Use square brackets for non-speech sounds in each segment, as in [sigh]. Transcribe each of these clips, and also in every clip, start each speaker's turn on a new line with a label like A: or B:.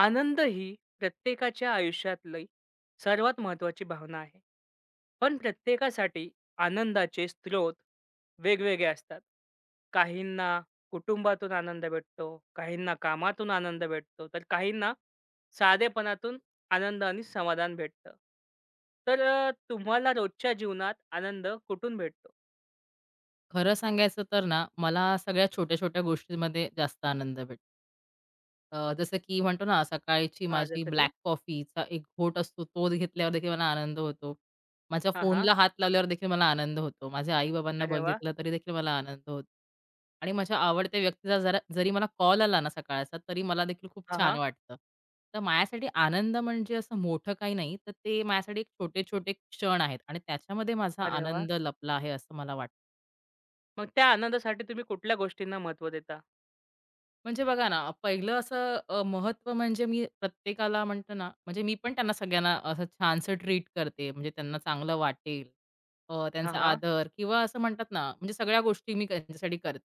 A: आनंद ही प्रत्येकाच्या आयुष्यातली सर्वात महत्त्वाची भावना आहे. पण प्रत्येकासाठी आनंदाचे स्रोत वेगवेगळे असतात. काहींना कुटुंबातून आनंद भेटतो, काहींना कामातून आनंद भेटतो, तर काहींना साधेपणातून आनंद आणि समाधान भेटतं. तुम्हाला रोजच्या जीवनात आनंद कुठून भेटतो?
B: खरं सांगायचं तर ना, मला सगळ्या छोट्या-छोट्या गोष्टींमध्ये जास्त आनंद भेटतो. जसं की म्हणतो ना, सकाळची
A: हां,
B: माझी
A: जसं
B: ब्लॅक
A: की
B: कॉफीचा एक घोट असतो, तो घेतल्यावर देखील मला आनंद होतो. माझ्या
A: हां, हां.
B: फोनला हात लावल्यावर देखील मला आनंद होतो. माझ्या आई-बाबांना
A: अरे वाह!
B: बघितलं तरी देखील मला आनंद होतो. आणि माझ्या आवडत्या व्यक्तीचा जरा जरी मला कॉल आला ना सकाळचा, तरी मला देखील खूप
A: हां,
B: छान
A: हां.
B: वाटतं. तर माझ्यासाठी आनंद म्हणजे असं मोठं काही नाही, तर ते माझ्यासाठी छोटे-छोटे क्षण आहेत आणि त्याच्यामध्ये माझा
A: अरे वाह!
B: आनंद लपला आहे, असं मला वाटतं.
A: मग त्या आनंदासाठी तुम्ही कुठल्या गोष्टींना महत्त्व देता?
B: म्हणजे बघा ना, पहिलं असं महत्त्व म्हणजे मी प्रत्येकाला म्हणतो ना, म्हणजे मी पण त्यांना सगळ्यांना असं छानसं ट्रीट करते. म्हणजे त्यांना चांगलं वाटेल.
A: हां,
B: त्यांचा
A: हां.
B: आदर किंवा असं म्हणतात ना, म्हणजे सगळ्या गोष्टी मी त्यांच्यासाठी करते.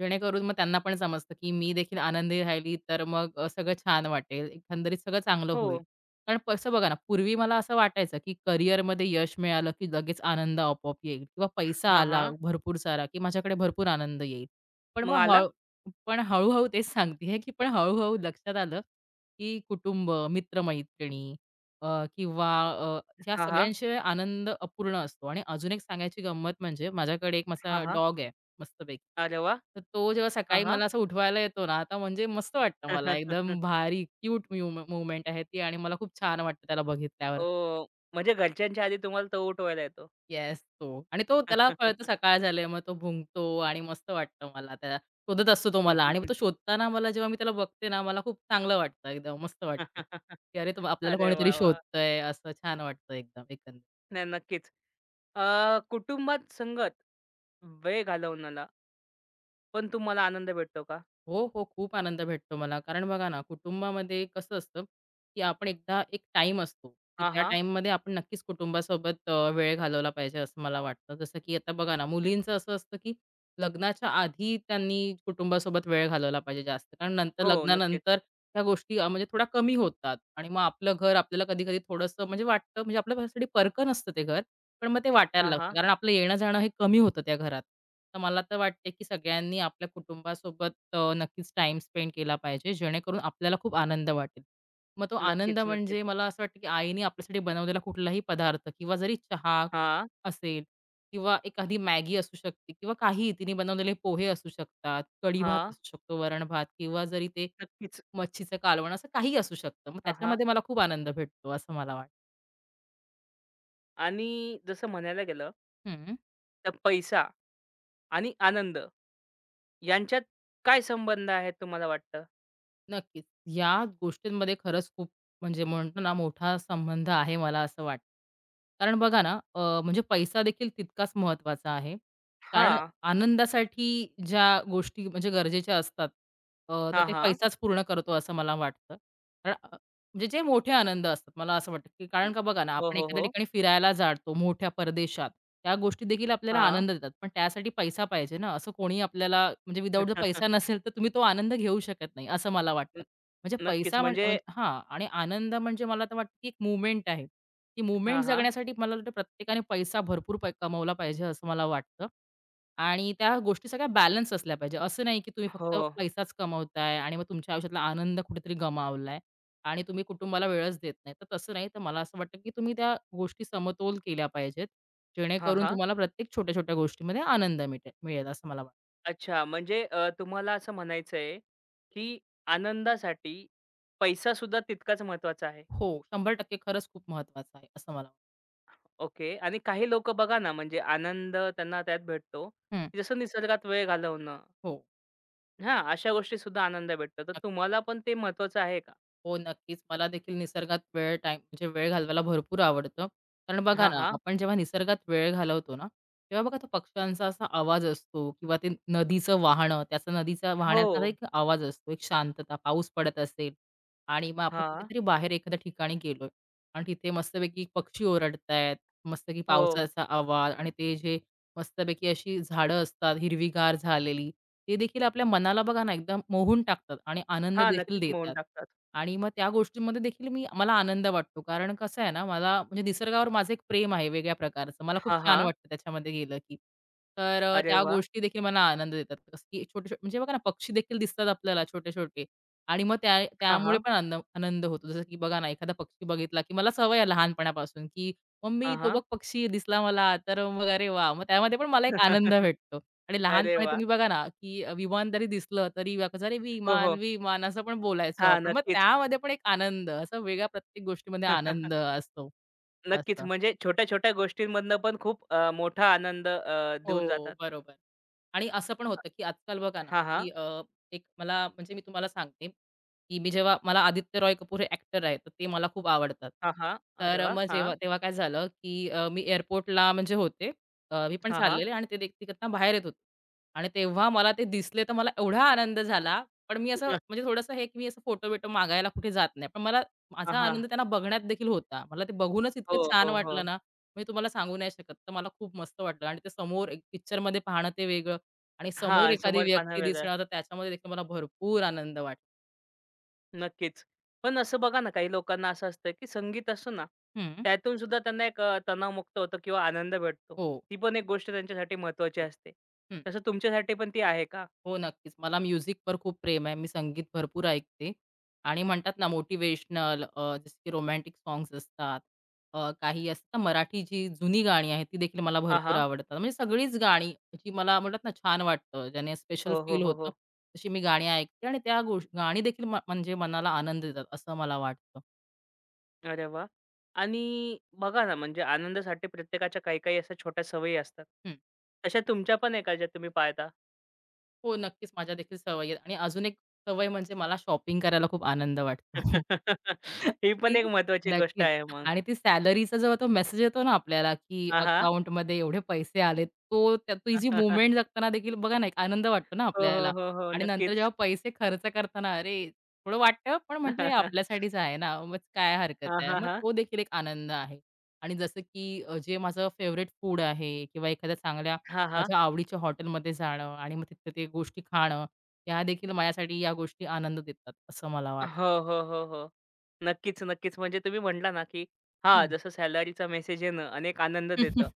B: जेणेकरून मग त्यांना पण समजतं, की मी देखील आनंदी राहिली, तर मग सगळं छान वाटेल. एकंदरीत सगळं चांगलं
A: हो.
B: होईल. कारण कसं बघा ना, पूर्वी मला असं वाटायचं, की करिअरमध्ये यश मिळालं, की लगेच आनंद आपोआप येईल किंवा पैसा
A: हां,
B: आला
A: हां.
B: भरपूर सारा, की माझ्याकडे भरपूर आनंद येईल. पण
A: मग
B: मग
A: आला?
B: हळ पण हळू-हळू तेच सांगतीये, की पण हळू-हळू लक्षात आलं, की कुटुंब, मित्र-मैत्रिणी अ, किंवा अ, ह्या
A: हां, हां.
B: सगळ्यांशिवाय आनंद अपूर्ण असतो. आणि अजून एक सांगायची गंमत म्हणजे माझ्याकडे एक
A: हां,
B: माझा
A: हां.
B: डॉग आहे मस्तपैकी.
A: अरे वाह!
B: तर तो जेव्हा
A: हां,
B: सकाळी
A: हां.
B: मला असं उठवायला येतो ना, आता म्हणजे मस्त वाटतं मला
A: ओह!
B: एकदम
A: [laughs]
B: भारी क्यूट म्यू आहे ती आणि मला खूप छान वाटतं त्याला बघितल्यावर.
A: म्हणजे घरच्यांच्या आधी तुम्हाला तो उठवायला येतो.
B: येस, तो. आणि तो त्याला कळतं सकाळ झाली, मग तो भुंकतो आणि मस्त वाटतं मला त्याला. शोधत असतो तो मला आणि मग तो
A: [laughs]
B: शोधताना मला जेव्हा मी त्याला बघते ना, मला खूप चांगलं वाटतं एकदम मस्त वाटते, की अरे, तो आपल्याला
A: अरे
B: कोणीतरी
A: वाह! वाह!
B: शोधतंय असं छान वाटतं एकदम एकंदरीत.
A: नाही नक्कीच. कुटुंबात संगत वेळ घालवण्याला पण तुम्हाला आनंद भेटतो का?
B: हो, हो. खूप आनंद भेटतो मला. कारण बघा ना, कुटुंबामध्ये कसं असतं, की आपण एकदा एक टाइम असतो, की
A: हां,
B: त्या
A: हां.
B: टाईममध्ये आपण नक्कीच कुटुंबासोबत वेळ घालवला पाहिजे असं मला वाटतं. जसं की आता बघा ना, मुलींचं असं असतं, की लग्नाच्या आधी त्यांनी कुटुंबासोबत वेळ घालवला पाहिजे जास्त. कारण नंतर
A: हो, नक्कीच.
B: लग्नानंतर ह्या गोष्टी म्हणजे थोड्या कमी होतात आणि मग आपलं घर आपल्याला कधी-कधी थोडंसं म्हणजे वाटतं म्हणजे आपल्यासाठी परकन असतं ते घर. पण मग ते वाटायला
A: हां,
B: लागतं.
A: हां.
B: कारण आपलं येणं-जाणं हे कमी होतं त्या घरात. तर मला तर वाटते, की सगळ्यांनी आपल्या कुटुंबासोबत नक्कीच टाईम स्पेंड केला पाहिजे, जेणेकरून आपल्याला खूप आनंद वाटेल. मग तो आनंद
A: नक्कीच, नक्कीच.
B: म्हणजे मला असं वाटतं, की आईने आपल्यासाठी बनवलेला कुठलाही पदार्थ किंवा जरी चहा
A: हां,
B: असेल किंवा एखादी मॅगी असू शकते किंवा काहीही तिने बनवलेले पोहे असू शकतात, कढी-भात
A: हां.
B: असू शकतो, वरण-भात किंवा जरी ते
A: नक्कीच.
B: मच्छीचं कालवण असं काहीही असू शकतं. मग
A: हां, हां.
B: त्याच्यामध्ये मला खूप आनंद भेटतो असं मला वाटतं.
A: आणि जसं म्हणायला गेलं
B: हं.
A: तर पैसा आणि आनंद यांच्यात काय संबंध आहे तुम्हाला वाटतं?
B: नक्कीच. या गोष्टींमध्ये खरंच खूप म्हणजे म्हणतो ना मोठा संबंध आहे मला असं वाटतं. कारण बघा ना, म्हणजे पैसा देखील तितकाच महत्त्वाचा आहे. कारण
A: हां.
B: आनंदासाठी ज्या गोष्टी म्हणजे गरजेच्या असतात तर
A: हां,
B: ते
A: हां.
B: पैसाच पूर्ण करतो असं मला वाटतं. कारण म्हणजे जे मोठे आनंद असतात. मला असं वाटतं, की कारण
A: न
B: का बघा ना,
A: हो,
B: आपण
A: हो,
B: एखाद्या
A: हो.
B: ठिकाणी फिरायला जातो मोठ्या परदेशात. त्या गोष्टी देखील आपल्याला
A: हां.
B: आनंद देतात. पण त्यासाठी पैसा पाहिजे ना. असं कोणी आपल्याला म्हणजे विदाऊट जर पैसा
A: [laughs]
B: नसेल, तर तुम्ही तो आनंद घेऊ शकत नाही, असं मला वाटतं.
A: न
B: म्हणजे
A: नक्कीच
B: पैसा म्हण
A: म्हणजे
B: हां. आणि आनंद म्हणजे मला तर वाटतं, की एक मूव्हमेंट आहे. ती
A: हां,
B: मूव्हमेंट
A: हां.
B: जगण्यासाठी मला वाटतं प्रत्येकाने पैसा भरपूर कमवला पाहिजे, असं मला वाटतं. आणि त्या गोष्टी सगळ्या बॅलन्स असल्या पाहिजे. असं नाही, की तुम्ही फक्त
A: हो.
B: पैसाच कमवताय आणि मग तुमच्या आयुष्यातला आनंद कुठेतरी गमावलाय. आणि तुम्ही कुटुंबाला वेळच देत नाही. तर तसं नाही, तर मला असं वाटतं, की तुम्ही त्या गोष्टी समतोल केल्या पाहिजेत.
A: हां,
B: जेणेकरून
A: हां.
B: तुम्हाला प्रत्येक छोट्या-छोट्या गोष्टीमध्ये आनंद मिळेल असं मला वाटतं.
A: अच्छा म्हणजे तुम्हाला असं म्हणायचं आहे, की आनंदासाठी पैसासुद्धा तितकाच महत्त्वाचा आहे.
B: हो, 100% खरंच खूप महत्वाचं आहे असं मला वाटतं.
A: ओके. आणि काही लोकं बघा ना, म्हणजे आनंद त्यांना त्यात भेटतो,
B: हं,
A: जसं निसर्गात वेळ घालवणं
B: हो.
A: हां, अशा गोष्टीसुद्धा आनंद भेटतो. तर तुम्हाला पण ते महत्त्वाचं आहे का?
B: हो, नक्कीच. मला देखील निसर्गात वेळ टाइम म्हणजे वेळ घालवायला भरपूर आवडतं. कारण बघा
A: हां,
B: ना,
A: हा
B: आपण जेव्हा निसर्गात वेळ घालवतो ना, तेव्हा बघा तो पक्ष्यांचा असा आवाज असतो किंवा ते नदीचं वाहणं, त्याचा नदीचा
A: हो.
B: वाहण्याचा असा एक आवाज असतो, एक शांतता. पाऊस पडत असेल आणि मग आपण
A: हां.
B: कुठेतरी बाहेर एखाद्या ठिकाणी गेलोय आणि तिथे मस्तपैकी पक्षी ओरडतायत, मस्तपैकी
A: हो.
B: पावसाचा आवाज आणि ते जे मस्तपैकी अशी झाडं असतात हिरवीगार झालेली, ते देखील आपल्या मनाला बघा ना, एकदम मोहून टाकतात आणि आनंद
A: हां,
B: देखील
A: नक्कीच मोडून
B: देतात.
A: टाकतात.
B: आणि मग त्या गोष्टींमध्ये देखील मला आनंद वाटतो. कारण कसं आहे ना, मला म्हणजे निसर्गावर माझं एक प्रेम आहे वेगळ्या प्रकारचं. मला खूप
A: हां,
B: छान
A: हां.
B: वाटतं त्याच्यामध्ये गेलं की. तर
A: अरे
B: त्या
A: वाह!
B: गोष्टी देखील मला आनंद देतात. जसं की छोटे-छोटे म्हणजे बघा ना, पक्षी देखील दिसतात आपल्याला छोटे-छोटे आणि मग त्या
A: हां,
B: त्यामुळे
A: हां.
B: पण आनंद होतो. जसं की बघा ना, एखादा पक्षी बघितला की मला सवय आहे लहानपणापासून की "मम्मी,
A: हां,
B: तो बघ
A: हां.
B: पक्षी दिसला मला." तर मग अरे वाह! मग त्यामध्ये पण मला एक आनंद
A: [laughs]
B: भेटतो. आणि
A: अरे
B: लहानपणी
A: वाह!
B: तुम्ही बघा ना, की विमान जरी दिसलं तरी बघा, अरे
A: हो,
B: विमान,
A: हो.
B: विमान असं पण बोलायचो
A: हां,
B: आपण. मग
A: नक्कीच.
B: त्यामध्ये पण एक आनंद असा वेगळा प्रत्येक गोष्टीमध्ये आनंद
A: [laughs]
B: असतो.
A: नक्कीच.
B: असं.
A: म्हणजे छोट्या-छोट्या गोष्टींमधनं पण खूप अ, मोठा आनंद अ, देऊन
B: हो,
A: जातात.
B: बरोबर. आणि असं पण होतं, की आजकाल बघा ना,
A: हां, हां.
B: एक मला म्हणजे मी तुम्हाला सांगते की मी जेव्हा मला आदित्य रॉय कपूर हे ॲक्टर आहेत, तर ते मला खूप आवडतात.
A: हां, हां. अरे वाह!
B: मग
A: हां.
B: जेव्हा तेव्हा काय झालं, की मी एअरपोर्टला म्हणजे होते. मी पण
A: हां, हां.
B: चाललेले आणि ते तिकडनं बाहेर येत होते. आणि तेव्हा मला ते दिसले, तर मला एवढा आनंद झाला. पण मी असं
A: [laughs]
B: म्हणजे थोडंसं हे, की मी असं फोटो-बिटो मागायला कुठे जात नाही. पण मला
A: हां,
B: माझा
A: हां.
B: आनंद त्यांना बघण्यात देखील होता. मला ते बघूनच इतकं
A: हो,
B: छान
A: हो,
B: वाटलं
A: हो.
B: ना, मी तुम्हाला सांगू नाही शकत. तर मला खूप मस्त वाटलं आणि ते समोर एक पिक्चरमध्ये पाहणं ते वेगळं आणि समोर
A: हां,
B: एखादी
A: समोर पाहणं
B: व्यक्ती
A: वेगळं.
B: दिसणं, तर त्याच्यामध्ये देखील मला भरपूर आनंद वाटला.
A: नक्कीच. पण असं बघा ना, काही लोकांना असं असतं, की संगीत असतं ना,
B: हं.
A: त्यातून सुद्धा त्यांना एक तणावमुक्त होतं किंवा आनंद भेटतो.
B: हो.
A: ती पण एक गोष्ट त्यांच्यासाठी महत्त्वाची
B: तेच.
A: असते.
B: हं.
A: तसं तुमच्यासाठी पण ती आहे का?
B: हो, नक्कीच. मला म्युझिकवर खूप प्रेम आहे. मी संगीत भरपूर ऐकते आणि म्हणतात ना मोटिव्हेशनल जसं की रोमॅन्टिक सॉन्ग्स असतात. काही असतात मराठी जी जुनी गाणी आहेत, ती देखील मला
A: हां,
B: भरपूर
A: हां.
B: आवडतात. म्हणजे सगळीच गाणी जी मला म्हणतात ना छान वाटतं, ज्याने स्पेशल
A: हो, हो,
B: फील
A: हो,
B: होतं,
A: हो.
B: तशी मी गाणी ऐकते आणि त्या गाणी देखील म्हणजे मनाला आनंद देतात, असं मला वाटतं.
A: अरे वाह! आणि बघा ना, म्हणजे आनंदासाठी प्रत्येकाच्या काही काही अशा छोट्या सवयी असतात.
B: हं.
A: तशा तुमच्या पण आहे का ज्या तुम्ही पाळता?
B: हो, नक्कीच माझ्या देखील सवयी आहेत आणि अजून एक सवय म्हणजे मला शॉपिंग करायला खूप आनंद वाटतो.
A: [laughs]
B: [laughs]
A: ही पण
B: की
A: एक महत्त्वाची गोष्ट
B: नक्कीच
A: आहे मग.
B: आणि ती सॅलरीचा जेव्हा तो मेसेज येतो ना आपल्याला, की
A: हां, हां.
B: अकाउंटमध्ये एवढे पैसे आलेत, तो त्या ती जी मूव्हमेंट
A: [laughs]
B: जगताना देखील बघा ना, एक आनंद वाटतो ना
A: हो, हो,
B: आपल्याला
A: हो, हो.
B: आणि नंतर
A: नक्कीच.
B: जेव्हा पैसे खर्च करताना, अरे, थोडं वाटतं, पण म्हटलं हे
A: [laughs]
B: आपल्यासाठीच आहे ना, मग काय हरकत
A: हां,
B: आहे.
A: हां,
B: मग
A: हां.
B: तो देखील एक आनंद आहे आणि जसं की जे माझं फेव्हरेट फूड आहे किंवा एखाद्या चांगल्या
A: हां, हां.
B: माझ्या आवडीच्या हॉटेलमध्ये जाणं आणि मग तिथं ते गोष्टी खाणं, ह्या देखील माझ्यासाठी या गोष्टी आनंद देतात, असं मला वाटतं.
A: हो, हो, हो, हो. नक्कीच, नक्कीच. म्हणजे तुम्ही म्हटला ना, की हां, जसं सॅलरीचा मेसेज येणं अनेक आनंद देतं,
B: [laughs]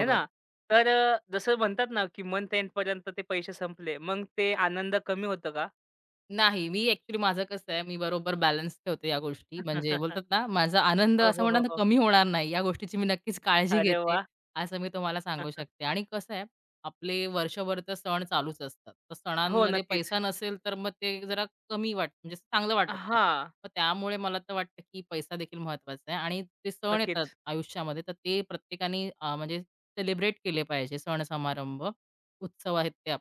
A: है ना? जसं म्हणतात ना, की मंथ एंडपर्यंत ते पैसे संपले, मग ते आनंद कमी होतं का?
B: नाही, मी ॲक्चुअली माझं कसं आहे, मी बरोबर बॅलन्स ठेवते या गोष्टी. म्हणजे बोलतात
A: [laughs]
B: ना, माझा आनंद
A: हो,
B: असं
A: हो,
B: म्हणतात
A: हो,
B: ना,
A: हो.
B: कमी होणार नाही. या गोष्टीची मी नक्कीच काळजी
A: अरे
B: घेते,
A: वाह!
B: असं मी तुम्हाला सांगू
A: [laughs]
B: शकते. आणि कसं आहे, आपले वर्षभर तर सण चालूच असतात. तर
A: हो,
B: सणांमध्ये
A: नक्कीच.
B: पैसा नसेल, तर मग ते जरा कमी वाटतं, म्हणजे चांगलं वाटत नाही.
A: हां,
B: मग त्यामुळे मला तर वाटतं, की पैसा देखील महत्त्वाचा आहे. आणि ते सण येतात
A: नक्कीच,
B: आयुष्यामध्ये, तर ते प्रत्येकाने म्हणजे सेलिब्रेट केले पाहिजे सण समारंभ. उत्सव आहेत ते आप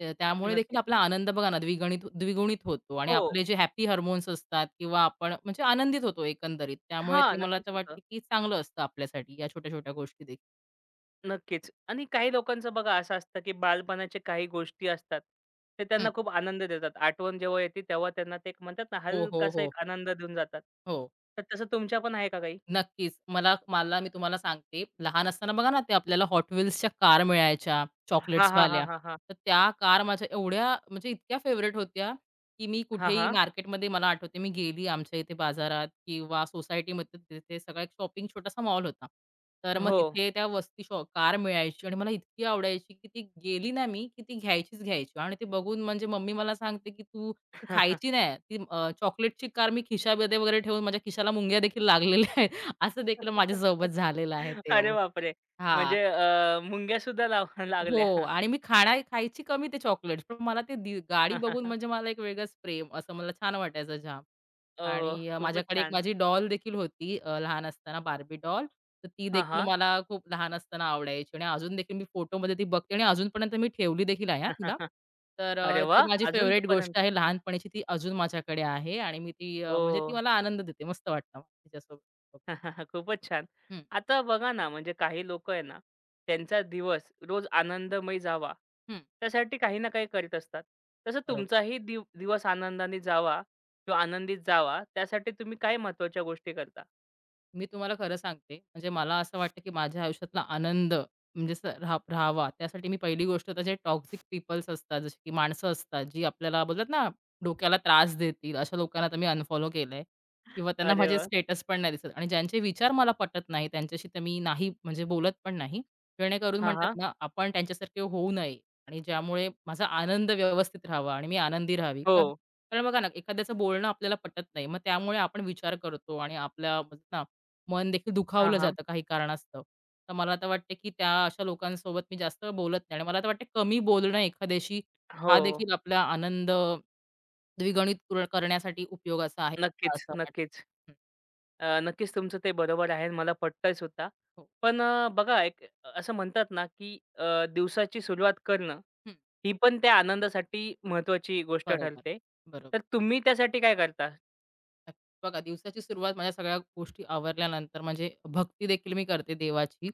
B: त्या त्यामुळे देखील
A: नक्कीच.
B: आपला आनंद बघा ना द्विगुणित होतो आणि
A: हो.
B: आपले जे हॅपी हार्मोन्स असतात किंवा आपण म्हणजे आनंदित होतो एकंदरीत. त्यामुळे
A: हां,
B: ते मला
A: नक्कीच
B: तर
A: होतं.
B: वाटते, की चांगलं असतं आपल्यासाठी या छोट्या-छोट्या गोष्टी देखील.
A: नक्कीच. आणि काही लोकांचं बघा असं असतं, की बालपणाच्या काही गोष्टी असतात, ते
B: हं.
A: त्यांना खूप आनंद देतात. आठवण जेव्हा येते तेव्हा त्यांना ते एक म्हणतात ना,
B: हो, हो,
A: हलकासा
B: हो.
A: एक आनंद देऊन जातात.
B: हो.
A: तर तसं तुमच्या पण आहे का काही?
B: नक्कीच. मला मला मी तुम्हाला सांगते, लहान असताना बघा ना, ते आपल्याला Hot Wheelsच्या कार मिळायच्या
A: हां, हां,
B: चॉकलेट्सवाल्या.
A: हां, हां, हां.
B: तर त्या कार माझ्या एवढ्या म्हणजे इतक्या फेवरेट होत्या, की मी
A: हां,
B: कुठेही
A: हां.
B: मार्केटमध्ये मला आठवते मी गेली आमच्या इथे बाजारात किंवा सोसायटीमध्ये तिथे सगळा एक शॉपिंग छोटासा मॉल होता. तर मग
A: हो.
B: तिथे त्या वस्ती शॉ कार मिळायची आणि मला इतकी आवडायची, की ती गेली ना मी, की ती घ्यायचीच घ्यायची आणि ते बघून म्हणजे मम्मी मला सांगते, की "तू ती खायची नाही." ती चॉकलेटची कार मी खिशामध्ये वगैरे ठेवून माझ्या खिशाला मुंग्या देखील लागलेल्या असं देखील माझ्यासोबत
A: [laughs]
B: झालेलं आहे ते
A: अरे
B: हो.
A: बापरे!
B: हां.
A: म्हणजे मुंग्यासुद्धा लाव लागल्या.
B: हो आणि मी खायची कमी ते चॉकलेट्स, पण मला ते गाडी बघून म्हणजे
A: [laughs]
B: मला एक वेगळंच प्रेम असं मला छान वाटायचं जाम.
A: ओह!
B: आणि
A: खूपच
B: माझ्याकडे एक
A: छान.
B: माझी डॉल देखील होती लहान असताना Barbie डॉल. तर ती
A: हां,
B: देखील
A: हां.
B: मला खूप लहान असताना आवडायची आणि अजून देखील मी फोटोमध्ये ती बघते आणि अजूनपर्यंत मी ठेवली देखील आहे हां तिला.
A: [laughs]
B: तर
A: अरे
B: अ, ती
A: वाह!
B: माझी
A: अजून
B: फेव्हरेट
A: पर्यंत
B: गोष्ट आहे लहानपणीची ती अजून माझ्याकडे आहे आणि मी ती
A: हो.
B: म्हणजे ती मला आनंद देते. मस्त वाटतं मला तिच्यासोबत.
A: [laughs] खूपच छान.
B: हं,
A: आता बघा ना, म्हणजे काही लोकं आहे ना, त्यांचा दिवस रोज आनंदमय जावा,
B: हं.
A: त्यासाठी काही ना काही करीत असतात. तसं
B: बरोबर.
A: तुमचाही दिवस आनंदाने जावा किंवा आनंदीत जावा, त्यासाठी तुम्ही काय महत्त्वाच्या गोष्टी करता?
B: मी तुम्हाला खरं सांगते, म्हणजे मला असं वाटतं, की माझ्या आयुष्यातला आनंद म्हणजे असं राहावा त्यासाठी मी पहिली गोष्ट तर जे टॉक्सिक पीपल्स असतात, जसे की माणसं असतात, जी आपल्याला बोलतात ना, डोक्याला त्रास देतील, अशा लोकांना तर मी अनफॉलो केलंय किंवा त्यांना
A: अरे
B: माझे
A: वाह!
B: स्टेटस पण नाही दिसत आणि ज्यांचे विचार मला पटत नाही, त्यांच्याशी तर मी नाही म्हणजे बोलत पण नाही. जेणेकरून
A: हां,
B: म्हणतात
A: हां.
B: ना, आपण त्यांच्यासारखे होऊ नये आणि ज्यामुळे माझा आनंद व्यवस्थित राहावा आणि मी आनंदी राहावी.
A: हो.
B: कारण बघा ना, एखाद्याचं बोलणं आपल्याला पटत नाही. मग त्यामुळे आपण विचार करतो आणि आपल्या मन देखील
A: हां,
B: दुखावलं
A: हां.
B: जातं काही कारणास्तव. तर मला तर वाटते, की त्या अशा लोकांसोबत मी जास्त बोलत नाही आणि मला तर वाटते कमी बोलणं एखाद्याशी
A: हो.
B: हा देखील आपला आनंद द्विगुणित करण्यासाठी उपयोगाचा आहे,
A: नक्कीच,
B: असं
A: नक्कीच.
B: वाटतं. हं,
A: नक्कीच तुमचं ते बरोबर आहे मला पटतंय सुद्धा.
B: हो.
A: पण बघा एक असं म्हणतात ना, की दिवसाची सुरुवात करणं
B: हं,
A: ही पण त्या आनंदासाठी महत्त्वाची गोष्ट
B: बरोबर.
A: ठरते. तर
B: बरोबर.
A: तुम्ही त्यासाठी काय करता?
B: नक्की. बघा दिवसाची सुरुवात माझ्या सगळ्या गोष्टी आवरल्यानंतर म्हणजे भक्ती देखील मी करते देवाची.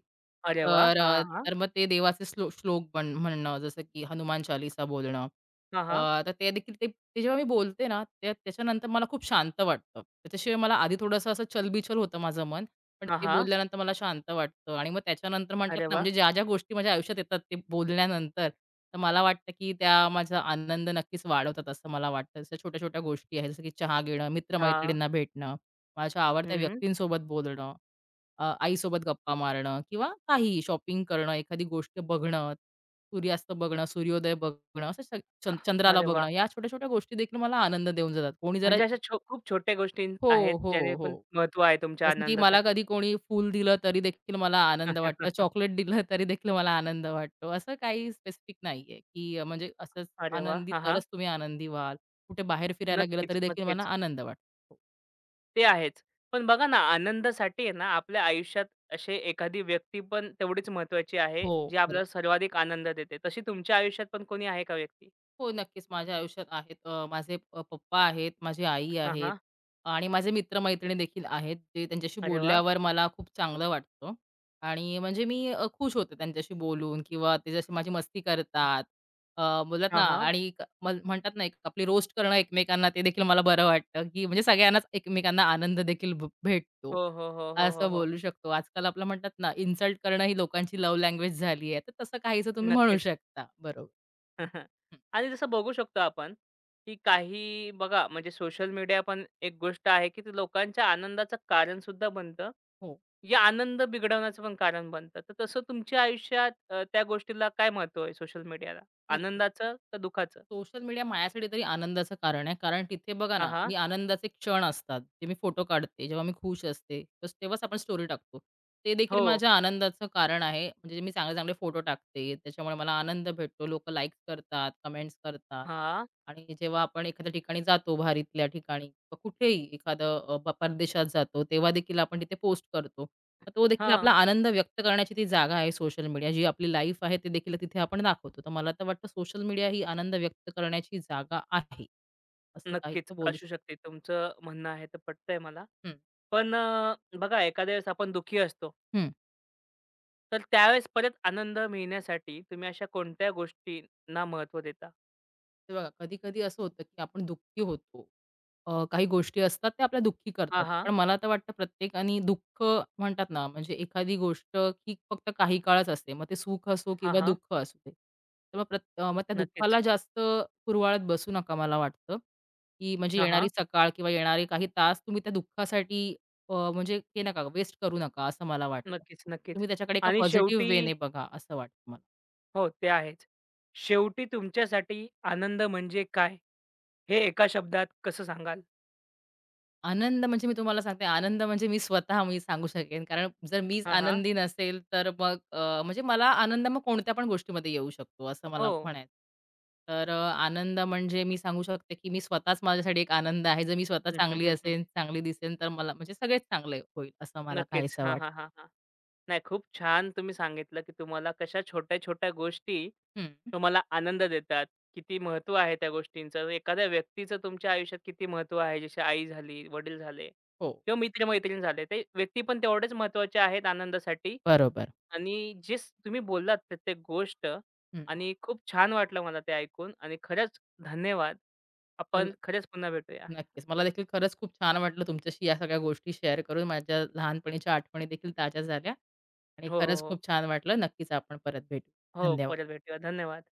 A: अरे वाह!
B: तर
A: हां, हां.
B: तर मग ते देवाचे श्लोक म्हणणं जसं की हनुमान चालीसा बोलणं.
A: हां,
B: अ,
A: हां.
B: तर ते देखील ते ते जेव्हा मी बोलते ना त्याच्यानंतर मला खूप शांत वाटतं. त्याच्याशिवाय मला आधी थोडंसं असं चलबिचल होतं माझं मन. पण
A: हां,
B: ते
A: हां.
B: बोलल्यानंतर मला शांत वाटतं आणि मग त्याच्यानंतर म्हणतात
A: अरे
B: ना,
A: वाह!
B: म्हणजे ज्या-ज्या गोष्टी माझ्या आयुष्यात येतात ते बोलल्यानंतर, तर मला वाटतं की त्या माझा आनंद नक्कीच वाढवतात असं मला वाटतं. जसं छोट्या-छोट्या गोष्टी आहेत, जसं की चहा घेणं, मित्र
A: हां.
B: भेटणं, माझ्या आवडत्या
A: हं.
B: व्यक्तींसोबत बोलणं, आईसोबत गप्पा मारणं किंवा काहीही शॉपिंग करणं, एखादी गोष्ट बघणं, सूर्यास्त बघणं, सूर्योदय बघणं, असं सग
A: अ,
B: चं चंद्राला
A: अरे वाह!
B: बघणं, या छोट्या-छोट्या गोष्टी देखील मला आनंद देऊन जातात. कोणी जरा
A: म्हणजे अशा खूप छोट्या गोष्टी
B: हो,
A: आहेत, ज्याने
B: हो,
A: पण
B: हो.
A: महत्त्व आहे तुमच्या
B: जसं की मला
A: आनंदासाठी.
B: कधी कोणी फूल दिलं तरी देखील मला आनंद वाटतो.
A: [laughs]
B: चॉकलेट दिलं [laughs] तरी देखील मला आनंद वाटतो. असं काही स्पेसिफिक नाहीये, की म्हणजे असंच
A: अरे वाह!
B: आनंदी
A: हां, हां.
B: तरच तुम्ही आनंदी व्हाल. कुठे बाहेर फिरायला गेलं
A: नक्कीच,
B: तरी देखील मला
A: नक्कीच.
B: आनंद वाटतो.
A: ते आहेच. पण बघा ना, आनंदासाठी आहे ना, आपल्या आयुष्यात अशी एखादी व्यक्ती पण तेवढीच महत्त्वाची आहे,
B: हो,
A: जी
B: बरोबर.
A: आपल्याला सर्वाधिक आनंद देते. तशी तुमच्या आयुष्यात पण कोणी आहे का व्यक्ती?
B: हो, नक्कीच. माझ्या आयुष्यात आहेत. माझे पप्पा आहेत, माझी आई
A: हां,
B: आहेत
A: हां.
B: आणि माझे मित्र-मैत्रिणी देखील आहेत, जे त्यांच्याशी
A: अरे वाह!
B: बोलल्यावर मला खूप चांगलं वाटतं आणि म्हणजे मी खुश होते त्यांच्याशी बोलून किंवा ते जसे माझी मस्ती करतात. बोलतात ना
A: हां, हां.
B: आणि क मल म्हणतात ना, एक आपली रोस्ट करणं एकमेकांना ते देखील मला बरं वाटतं, की म्हणजे सगळ्यांनाच एकमेकांना आनंद देखील भेटतो.
A: हो, हो, हो, हो, हो,
B: असं
A: हो.
B: बोलू शकतो. आजकाल आपलं म्हणतात ना, इन्सल्ट करणं ही लोकांची लव्ह लँग्वेज झाली आहे. तर तसं काहीसं तुम्ही म्हणू
A: नक्कीच.
B: शकता. बरोबर.
A: [laughs]
B: हं.
A: आणि जसं बघू शकतो आपण, की काही बघा म्हणजे सोशल मीडिया पण एक गोष्ट आहे, की ते लोकांच्या आनंदाचं कारण सुद्धा बनतं.
B: हो,
A: या आनंद बिघडवण्याचं पण कारण बनतं. तर तसं तुमच्या आयुष्यात त्या गोष्टीला काय महत्त्व आहे सोशल मीडियाला?
B: नक्कीच.
A: आनंदाचं का दुःखाचं?
B: सोशल मीडिया माझ्यासाठी तरी आनंदाचं कारण आहे. कारण तिथे बघा
A: हां,
B: ना,
A: हां.
B: मी आनंदाचे क्षण असतात. ते मी फोटो काढते. जेव्हा मी खुश असते, बस तेव्हाच आपण स्टोरी टाकतो. ते देखील
A: हो.
B: माझ्या आनंदाचं कारण आहे. म्हणजे मी चांगले-चांगले फोटो टाकते. त्याच्यामुळे मला आनंद भेटतो. लोकं लाईक्स करतात, कमेंट्स करतात.
A: हां,
B: आणि जेव्हा आपण एखाद्या ठिकाणी जातो भारीतल्या ठिकाणी, किंवा कुठेही एखादं अ, प परदेशात जातो, तेव्हा देखील आपण तिथे पोस्ट करतो. मग तो देखील आपला
A: हां.
B: आनंद व्यक्त करण्याची ती जागा आहे सोशल मीडिया. जी आपली लाईफ आहे, ते देखील तिथे आपण दाखवतो. तर मला तर वाटतं सोशल मीडिया ही आनंद व्यक्त करण्याची जागा आहे, असं काही
A: नक्कीच
B: तर बोलू
A: असू
B: शकतो.
A: शकते. तुमचं म्हणणं आहे तर पटतंय मला.
B: हं,
A: पण बघा एखाद्या वेळेस आपण दुःखी असतो.
B: हं.
A: तर त्यावेळेस परत आनंद मिळण्यासाठी तुम्ही अशा कोणत्या गोष्टींना महत्त्व देता?
B: हे बघा, कधी-कधी असं होतं, की आपण दुःखी होतो काही गोष्टी असतात त्या आपल्या दुःखी करतात.
A: हां, हां.
B: पण मला तर वाटतं प्रत्येकाने दुःख म्हणतात ना, म्हणजे एखादी गोष्ट ही फक्त काही काळच असते. मग ते सुख असो
A: हां,
B: किंवा
A: हां.
B: दुःख असू दे. तर मग मग त्या
A: नक्कीच.
B: दुःखाला जास्त कुरवाळत बसू नका मला वाटतं, की म्हणजे
A: हां,
B: येणारी
A: हां.
B: सकाळ किंवा येणारे काही तास तुम्ही त्या दुःखासाठी म्हणजे हे नका वेस्ट करू नका असं मला वाटतं.
A: नक्कीच, नक्कीच.
B: तुम्ही त्याच्याकडे एका
A: आणि
B: पॉझिटिव्ह
A: शेवटी
B: वेने बघा असं वाटतं मला.
A: हो, ते आहेच. शेवटी तुमच्यासाठी आनंद म्हणजे काय, हे एका शब्दात कसं सांगाल?
B: आनंद म्हणजे मी तुम्हाला सांगते, आनंद म्हणजे मी स्वतः सांगू शकेन. कारण जर मीच
A: हां, हां.
B: आनंदी नसेल, तर मग म्हणजे मला आनंद मग कोणत्या पण गोष्टीमध्ये येऊ शकतो, असं मला
A: हो.
B: म्हणायचं. तर आनंद म्हणजे मी सांगू शकते, की मी स्वतःच माझ्यासाठी एक आनंद आहे. जर मी स्वतः
A: हं, हं,
B: चांगली
A: हं, हं.
B: असेन, चांगली दिसेन, तर मला म्हणजे सगळेच चांगले होईल, असं मला
A: नक्कीच.
B: काहीसं
A: हां,
B: वाटतं.
A: हां, हां, हां. नाही, खूप छान तुम्ही सांगितलं, की तुम्हाला कशा छोट्या-छोट्या गोष्टी
B: हं.
A: तुम्हाला आनंद देतात. किती महत्त्व आहे त्या गोष्टींचं. एखाद्या व्यक्तीचं तुमच्या आयुष्यात किती महत्त्व आहे. जशी आई झाली, वडील झाले
B: हो,
A: किंवा मित्र झाले. ते व्यक्ती पण तेवढेच महत्त्वाचे आहेत आनंदासाठी
B: बरोबर.
A: आणि जे स तुम्ही बोललात प्रत्येक गोष्ट
B: हं.
A: आणि खूप छान वाटलं मला ते ऐकून आणि खरंच धन्यवाद. आपण खरंच पुन्हा भेटूया.
B: नक्कीच. मला देखील खरंच खूप छान वाटलं तुमच्याशी या सगळ्या गोष्टी शेअर करून. माझ्या लहानपणीच्या आठवणी देखील ताज्या झाल्या आणि
A: हो, हो,
B: खरंच
A: हो.
B: खूप छान वाटलं. नक्कीच आपण परत भेटू.
A: हो, परत
B: धन्यवाद.
A: भेटूया. धन्यवाद.